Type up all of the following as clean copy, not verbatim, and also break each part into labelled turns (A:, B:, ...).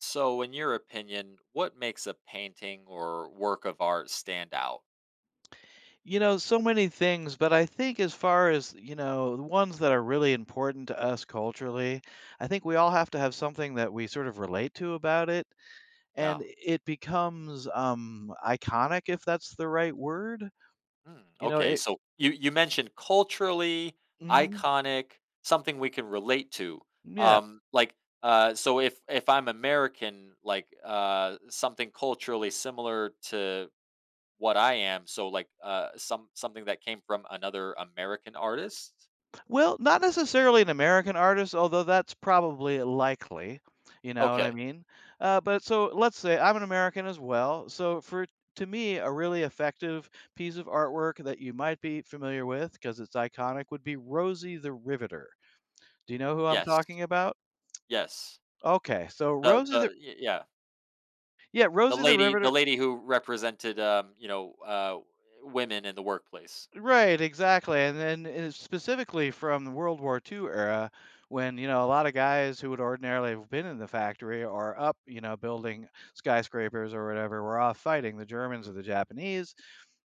A: So, in your opinion, what makes a painting or work of art stand out?
B: You know, so many things, but I think as far as, you know, the ones that are really important to us culturally, I think we all have to have something that we sort of relate to about it.
A: Yeah.
B: And it becomes iconic if that's the right word.
A: Hmm,
B: You know,
A: okay.
B: it.
A: So, you mentioned culturally,
B: Mhm.
A: iconic, something we can relate to.
B: Yeah.
A: Um, like, so if I'm American, like something culturally similar to what I am, so like something that came from another American artist.
B: Well, not necessarily an American artist, although that's probably likely. You know what I
A: Okay.
B: mean? But so let's say I'm an American as well. So for to me, a really effective piece of artwork that you might be familiar with because it's iconic would be Rosie the Riveter. Do you know who I'm
A: Yes.
B: talking about?
A: Yes.
B: Okay, so
A: The
B: Rosie the,
A: the y- yeah.
B: yeah,
A: The
B: Rosie the
A: lady the
B: Riveter.
A: lady who represented, women in the workplace.
B: Right, exactly, and then and specifically from the World War II era, when you know a lot of guys who would ordinarily have been in the factory are up, you know, building skyscrapers or whatever, were off fighting the Germans or
A: Mm.
B: the Japanese,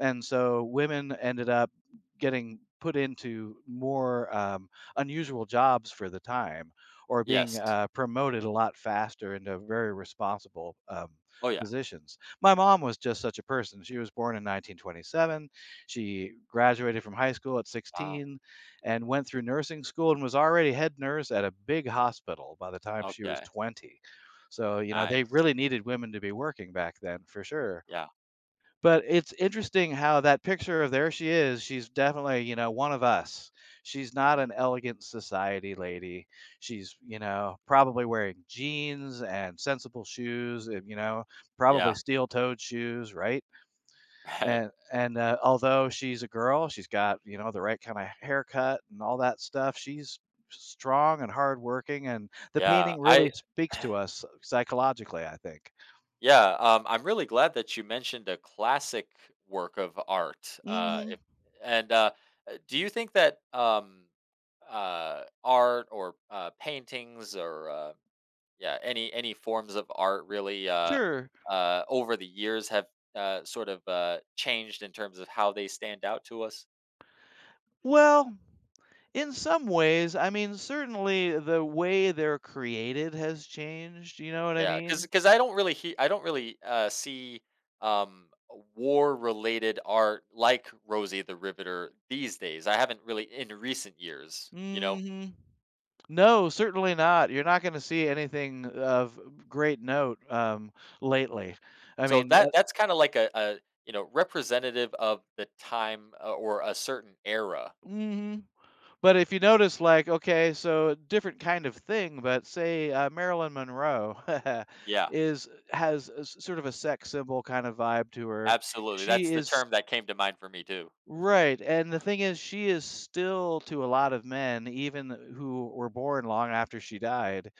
B: and so women ended up getting put into more unusual jobs for the time, or being
A: Yes.
B: promoted a lot faster into very responsible
A: Oh, yeah.
B: positions. My mom was just such a person. She was born in 1927. She graduated from high school at
A: Wow.
B: 16 and went through nursing school and was already head nurse at a big hospital by the time she was
A: Okay.
B: 20. So, you know,
A: Nice.
B: they really needed women to be working back then for sure.
A: Yeah.
B: But it's interesting how that picture of there she is, she's definitely, you know, one of us. She's not
A: Mm.
B: an elegant society lady. She's, you know, probably wearing jeans and sensible shoes, and, you know, probably
A: Yeah.
B: steel-toed shoes, right?
A: Hey.
B: And although she's a girl, she's got you know the right kind of haircut and all that stuff. She's strong and hardworking, and the
A: Yeah.
B: painting really
A: I
B: speaks to us psychologically, I think.
A: yeah, I'm really glad that you mentioned a classic work of art,
B: Hmm.
A: if and, do you think that, art or, paintings or Yeah, any forms of art really,
B: Sure.
A: over the years have, sort of, changed in terms of how they stand out to us.
B: Well, in some ways, I mean, certainly the way they're created has changed. You know what I
A: Yeah, because
B: mean?
A: because I don't really, see, um, war-related art like Rosie the Riveter these days. I haven't really in recent years, you know?
B: Hmm. No, certainly not. You're not going to see anything of great note lately. I
A: So
B: mean, uh,
A: that's kinda like you know, representative of the time, or a certain era.
B: mm-hmm. But if you notice, like, okay, so different kind of thing, but say Marilyn Monroe
A: Yeah,
B: is has sort of a sex symbol kind of vibe to her.
A: absolutely.
B: She
A: That's the
B: is,
A: term that came to mind for me too.
B: right, and the thing is, she is still to a lot of men, even who were born long after she died,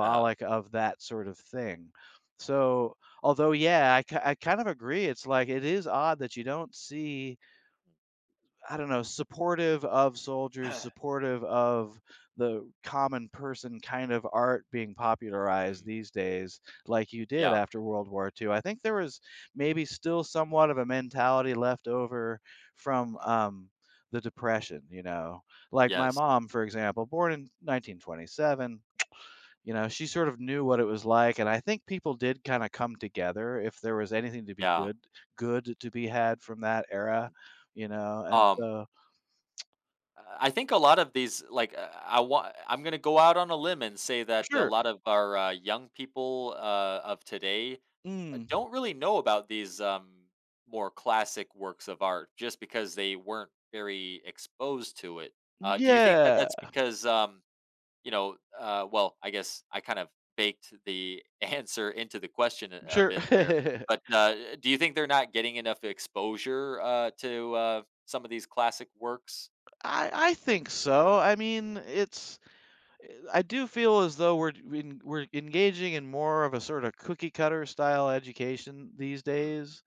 A: Uh-huh.
B: of that sort of thing. So, although, yeah, I kind of agree. It's like it is odd that you don't see, I don't know, supportive of soldiers, supportive of the common person kind of art being popularized these days, like you did
A: Yeah.
B: after World War II. I think there was maybe still somewhat of a mentality left over from
A: Mhm.
B: the Depression, you know. Like my
A: Yes.
B: mom, for example, born in 1927, you know, she sort of knew what it was like. And I think people did kind of come together if there was anything to be
A: Yeah.
B: good, good to be had from that era, you know. And
A: Um,
B: so
A: I think a lot of these, like, I'm gonna go out on a limb and say that a
B: sure.
A: lot of our young people of today
B: Mm.
A: don't really know about these more classic works of art, just because they weren't very exposed to it. Do you think that
B: Yeah.
A: that's because well, I guess I kind of baked the answer into the question a
B: Sure.
A: bit there. But do you think they're not getting enough exposure to some of these classic works?
B: I think so. I mean, it's I do feel as though we're engaging in more of a sort of cookie cutter style education these
A: Mm,
B: days,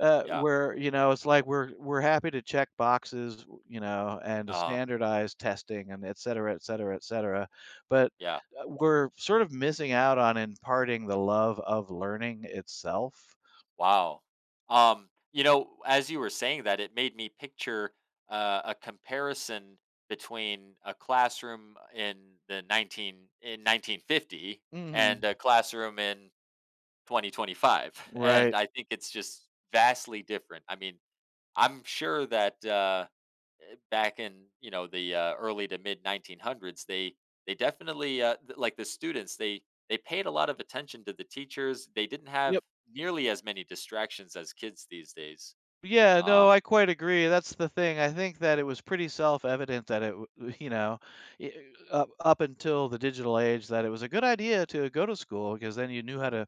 A: yeah.
B: where you know it's like we're happy to check boxes, you know, and to
A: Uh,
B: standardize testing and et cetera, et cetera, et cetera. But
A: yeah.
B: we're sort of missing out on imparting the love of learning itself.
A: Wow. You know, as you were saying that, it made me picture a comparison between a classroom in the 19 in 1950 and a
B: Hmm.
A: classroom in 2025, and
B: Right.
A: I think it's just vastly different. I mean, I'm sure that back in you know the early to mid 1900s, they definitely like the students they paid a lot of attention to the teachers. They didn't have
B: Yep.
A: nearly as many distractions as kids these days.
B: Yeah,
A: Um,
B: no, I quite agree. That's the thing. I think that it was pretty self-evident that you know, i- up until the digital age, that it was a good idea to go to school because then you knew how
A: mm,
B: to,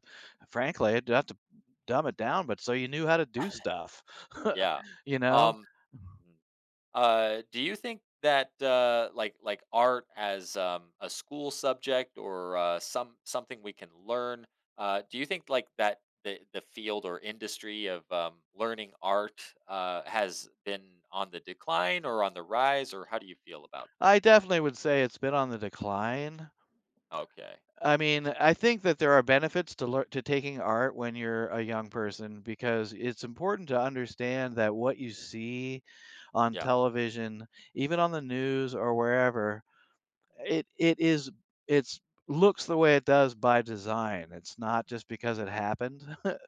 B: frankly, not to dumb it down, but so you knew how to do stuff.
A: yeah.
B: You know,
A: Um, do you think that like art as a school subject or something we can learn? Do you think like that the field or industry of learning art has been on the decline or on the rise, or how do you feel about?
B: I definitely would say it's been on the decline.
A: Okay,
B: I mean, I think that there are benefits to lear to taking art when you're a young person because it's important to understand that what you see on
A: yeah.
B: television, even on the news or wherever, it is it's looks the way it does by design. It's not
A: Mhm.
B: just because it happened.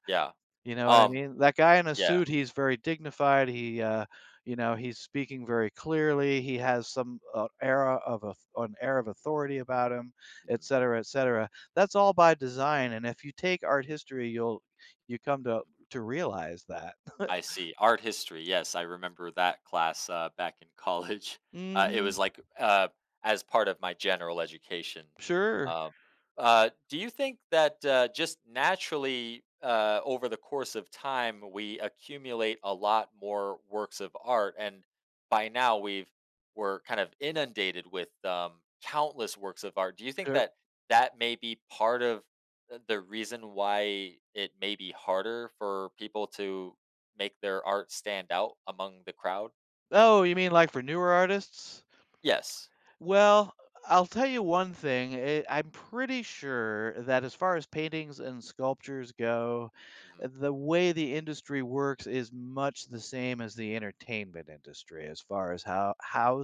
A: Yeah.
B: You know what I
A: Um,
B: mean? That guy in a
A: yeah.
B: suit, he's very dignified, you know, he's speaking very clearly, he has some, air of auth an air of authority about him, et
A: Mm.
B: cetera, et cetera. That's all by design, and if you take art history, you'll you come to realize that.
A: I see. Art history. Yes, I remember that class back in college. It was
B: Mhm.
A: like as part of my general education.
B: Sure.
A: Um, do you think that just naturally over the course of time, we accumulate a lot more works of art? And by now, we're kind of inundated with countless works of art. Do you think
B: Sure.
A: that that may be part of the reason why it may be harder for people to make their art stand out among the crowd?
B: Oh, you mean like for newer artists?
A: Yes.
B: Well, I'll tell you one thing. It, I'm pretty sure that as far as paintings and sculptures go,
A: Mhm.
B: the way the industry works is much the same as the entertainment industry as far as how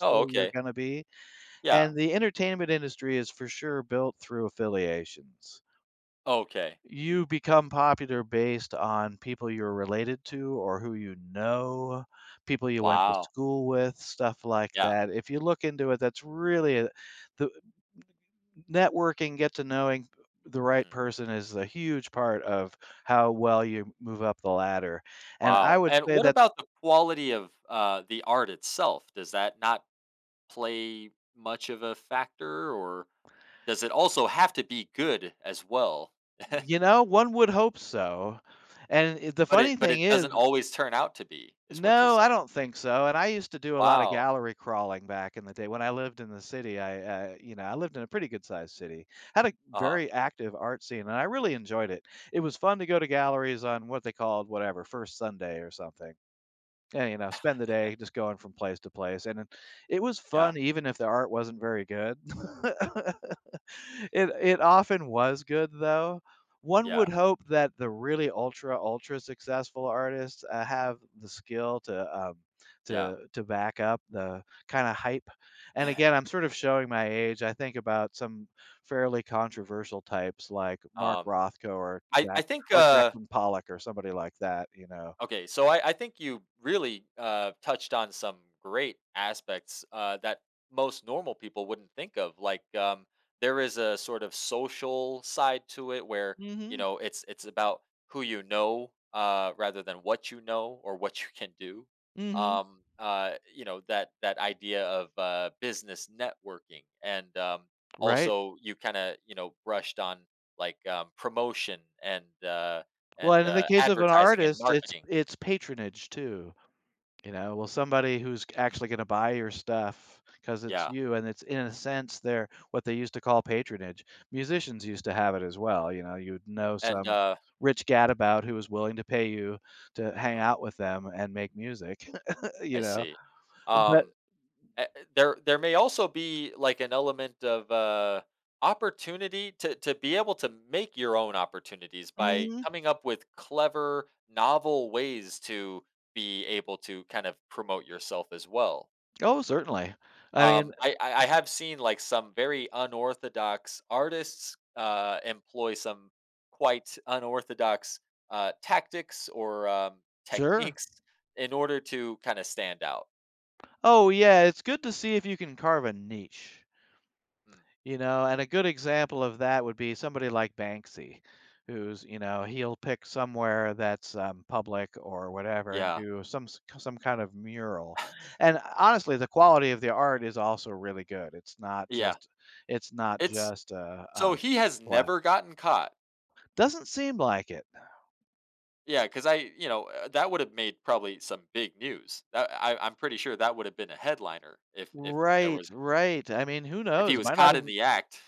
A: Oh,
B: you're
A: okay.
B: going to be.
A: Yeah.
B: And the entertainment industry is for sure built through affiliations.
A: Okay.
B: You become popular based on people you're related to or who you know, people you went to
A: Wow.
B: school with, stuff like
A: Yeah.
B: that. If you look into it, that's really a the networking, get to knowing the right
A: Mhm.
B: person is a huge part of how well you move up the ladder, and I
A: Wow,
B: would
A: and
B: say
A: what
B: that's,
A: about the quality of, the art itself? Does that not play much of a factor, or does it also have to be good as well?
B: you know, one would hope so, and, the
A: But
B: funny
A: it but
B: thing
A: it
B: is
A: doesn't always turn out to be, is what you're
B: no, I
A: saying.
B: don't think so, and I used to do a lot of
A: Wow.
B: gallery crawling back in the day when I lived in the city. You know, I lived in a pretty good-sized city, had a
A: Uh-huh.
B: very active art scene, and I really enjoyed it. It was fun to go to galleries on what they called whatever, first Sunday or something, and, you know, spend the day just going from place to place, and it was
A: Yeah.
B: fun even if the art wasn't very good. It often was good, though. One would
A: Yeah.
B: hope that the really ultra, ultra successful artists, have the skill to,
A: Yeah.
B: to back up the kinda hype, and again, I'm sort of showing my age. I think about some fairly controversial types like Mark
A: Um,
B: Rothko or
A: I I think, uh
B: Jackson Pollock or somebody like that, you know?
A: Okay, so I think you really touched on some great aspects that most normal people wouldn't think of. Like there is a sort of social side to it, where you
B: Mhm,
A: know it's about who you know rather than what you know or what you can do.
B: mhm.
A: You know that idea of business networking, and
B: Right?
A: also you kind of you know brushed on like promotion and
B: Well, and in the case of an
A: advertising and
B: artist, it's
A: marketing.
B: it's patronage too, you know? Well, somebody who's
A: Mm,
B: actually gonna buy your stuff because it's
A: yeah,
B: you, and it's in a sense, they're what they used to call patronage. Musicians used to have it as well, you know? You'd know
A: and,
B: some
A: uh
B: rich gadabout who was willing to pay you to hang
A: uh
B: out with them and make music,
A: I
B: you know?
A: see.
B: But
A: Um, there may also be, like, an element of, opportunity to be able to make your own opportunities by
B: mhm.
A: coming up with clever, novel ways to be able to kind of promote yourself as well.
B: Oh, certainly. I mean
A: I have seen, like, some very unorthodox artists, employ some quite unorthodox, tactics or,
B: sure.
A: techniques in order to kinda stand out.
B: Oh, yeah, it's good to see if you can carve a niche.
A: Mm.
B: You know, and a good example of that would be somebody like Banksy, who's, you know, he'll pick somewhere that's public or whatever and
A: Yeah,
B: do some kind of mural. And honestly, the quality of the art is also really good.
A: yeah.
B: It's not
A: It's
B: just
A: so he has
B: black.
A: never gotten caught.
B: Doesn't seem like it.
A: Yeah, because I you know, that would've made probably some big news. That I I'm pretty sure that would've been a headliner if there
B: Right,
A: was
B: right. I mean, who
A: if he
B: knows? It
A: was
B: might not
A: caught in
B: even,
A: the act.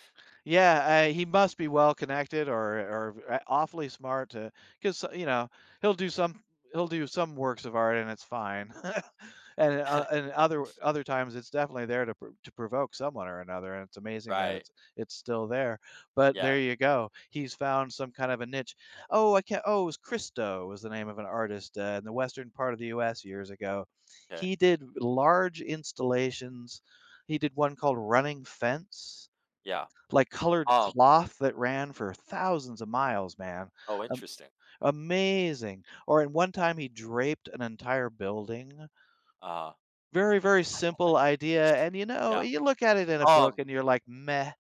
B: yeah, he must be well connected or awfully smart to, because you know he'll do some he'll do some works of art and it's fine, and other times it's definitely there to provoke someone or another, and it's amazing that
A: Right.
B: it's still there. But
A: Yeah.
B: there you go, he's found some kind of a niche. Oh, I can't. Oh, it was Christo was the name of an artist in the western part of the U.S. years ago.
A: Okay.
B: He did large installations. He did one called Running Fence,
A: Yeah.
B: like colored
A: Um,
B: cloth that ran for thousands of miles, man.
A: oh,
B: Um,
A: interesting.
B: amazing. Or in one
A: Yeah,
B: time he draped an entire building.
A: uh,
B: Very, very simple idea. And you know,
A: yeah,
B: you look at it in a book
A: um,
B: and you're like, meh.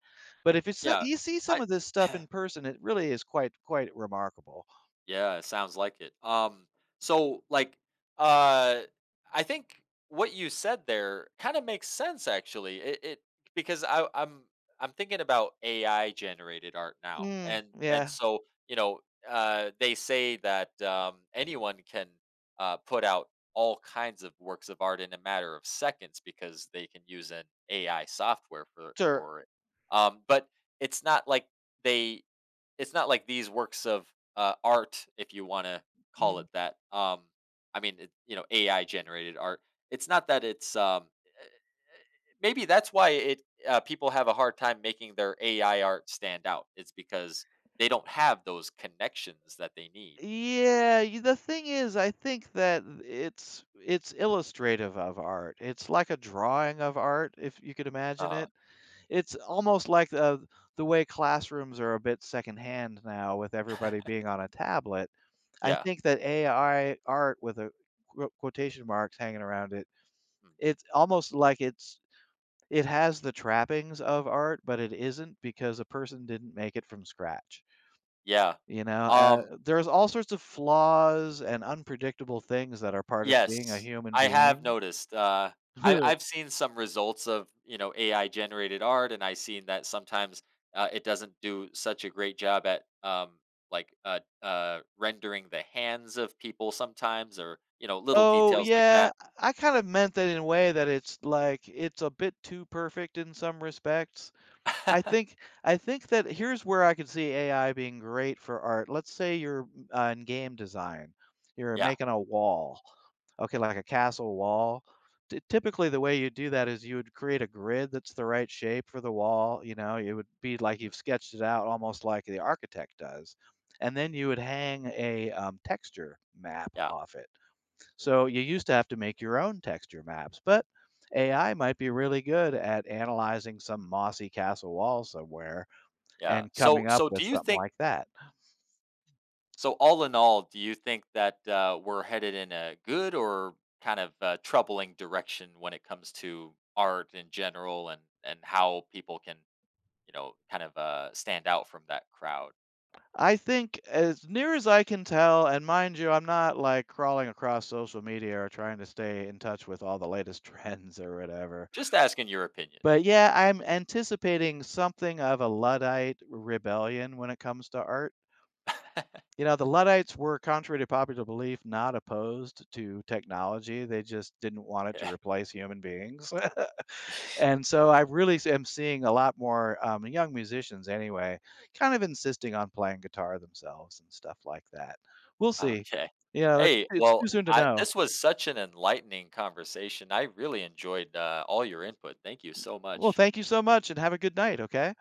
B: But if it's, so,
A: yeah,
B: you see some
A: I
B: of this stuff in person, it really is quite, quite remarkable.
A: Yeah, it sounds like it. So like, uh, I think what you said there kind of makes sense actually. It because I'm thinking about AI generated art now,
B: Mm,
A: and
B: yeah,
A: so you know, they say that anyone can put out all kinds of works of art in a matter of seconds because they can use an AI software for
B: sure.
A: for it. But it's not like they it's not like these works of art, if you want to call
B: Mhm.
A: it that. I mean, it, you know, AI generated art. It's not that it's maybe that's why it people have a hard time making their AI art stand out. It's because they don't have those connections that they need.
B: Yeah, the thing is, I think that it's illustrative of art. It's like a drawing of art, if you could imagine
A: Uh,
B: it. It's almost like, the way classrooms are a bit secondhand now with everybody being on a tablet. I
A: yeah,
B: think that AI art with a quotation marks hanging around it,
A: mm,
B: it's almost like it's it has the trappings of art, but it isn't because a person didn't make it from scratch,
A: yeah.
B: you know?
A: Um,
B: There's all sorts of flaws and unpredictable things that are part of being a
A: yes,
B: human
A: I have
B: being.
A: noticed. I, I've seen some results of you know AI generated art, and I've seen that sometimes it doesn't do such a great job at rendering the hands of people sometimes, or you know little
B: Oh,
A: details like
B: yeah,
A: that.
B: I kind of meant that in a way that it's like it's a bit too perfect in some respects. I think I think that here's where I could see AI being great for art. Let's say you're in game design, you're
A: yeah,
B: making a wall, okay, like a castle wall. T- typically, the way you do that is you would create a grid that's the right shape for the wall. You know, it would be like
A: mm,
B: you've sketched it out, almost like the architect does, and then you would hang a texture map
A: yeah,
B: off it so you used to have to make your own texture maps, but
A: mm,
B: AI might be really good at analyzing some
A: mm,
B: mossy castle wall somewhere
A: yeah.
B: and coming up with something like that.
A: So, all in all, do you think that we're headed in a good or kind of troubling direction when it comes to art in general, and how people can, you know, kind of stand out from that crowd?
B: I think, as near as I can tell, and mind you, I'm not like crawling across social media or trying to stay in touch with all the latest trends or whatever.
A: Just asking your opinion.
B: But yeah, I'm anticipating something of a Luddite rebellion when it comes to art. You know, the Luddites were, contrary to popular belief, not opposed to technology. They just didn't want it to
A: Yeah.
B: replace human beings. And so I really am seeing a lot more young musicians, anyway, kind of insisting on playing guitar themselves and stuff like that. We'll see.
A: Okay.
B: You know, it,
A: Hey,
B: it's too
A: well,
B: soon to
A: I,
B: know.
A: this was such an enlightening conversation. I really enjoyed all your input. Thank you so
B: Well,
A: much.
B: thank you so much and have a good night, okay?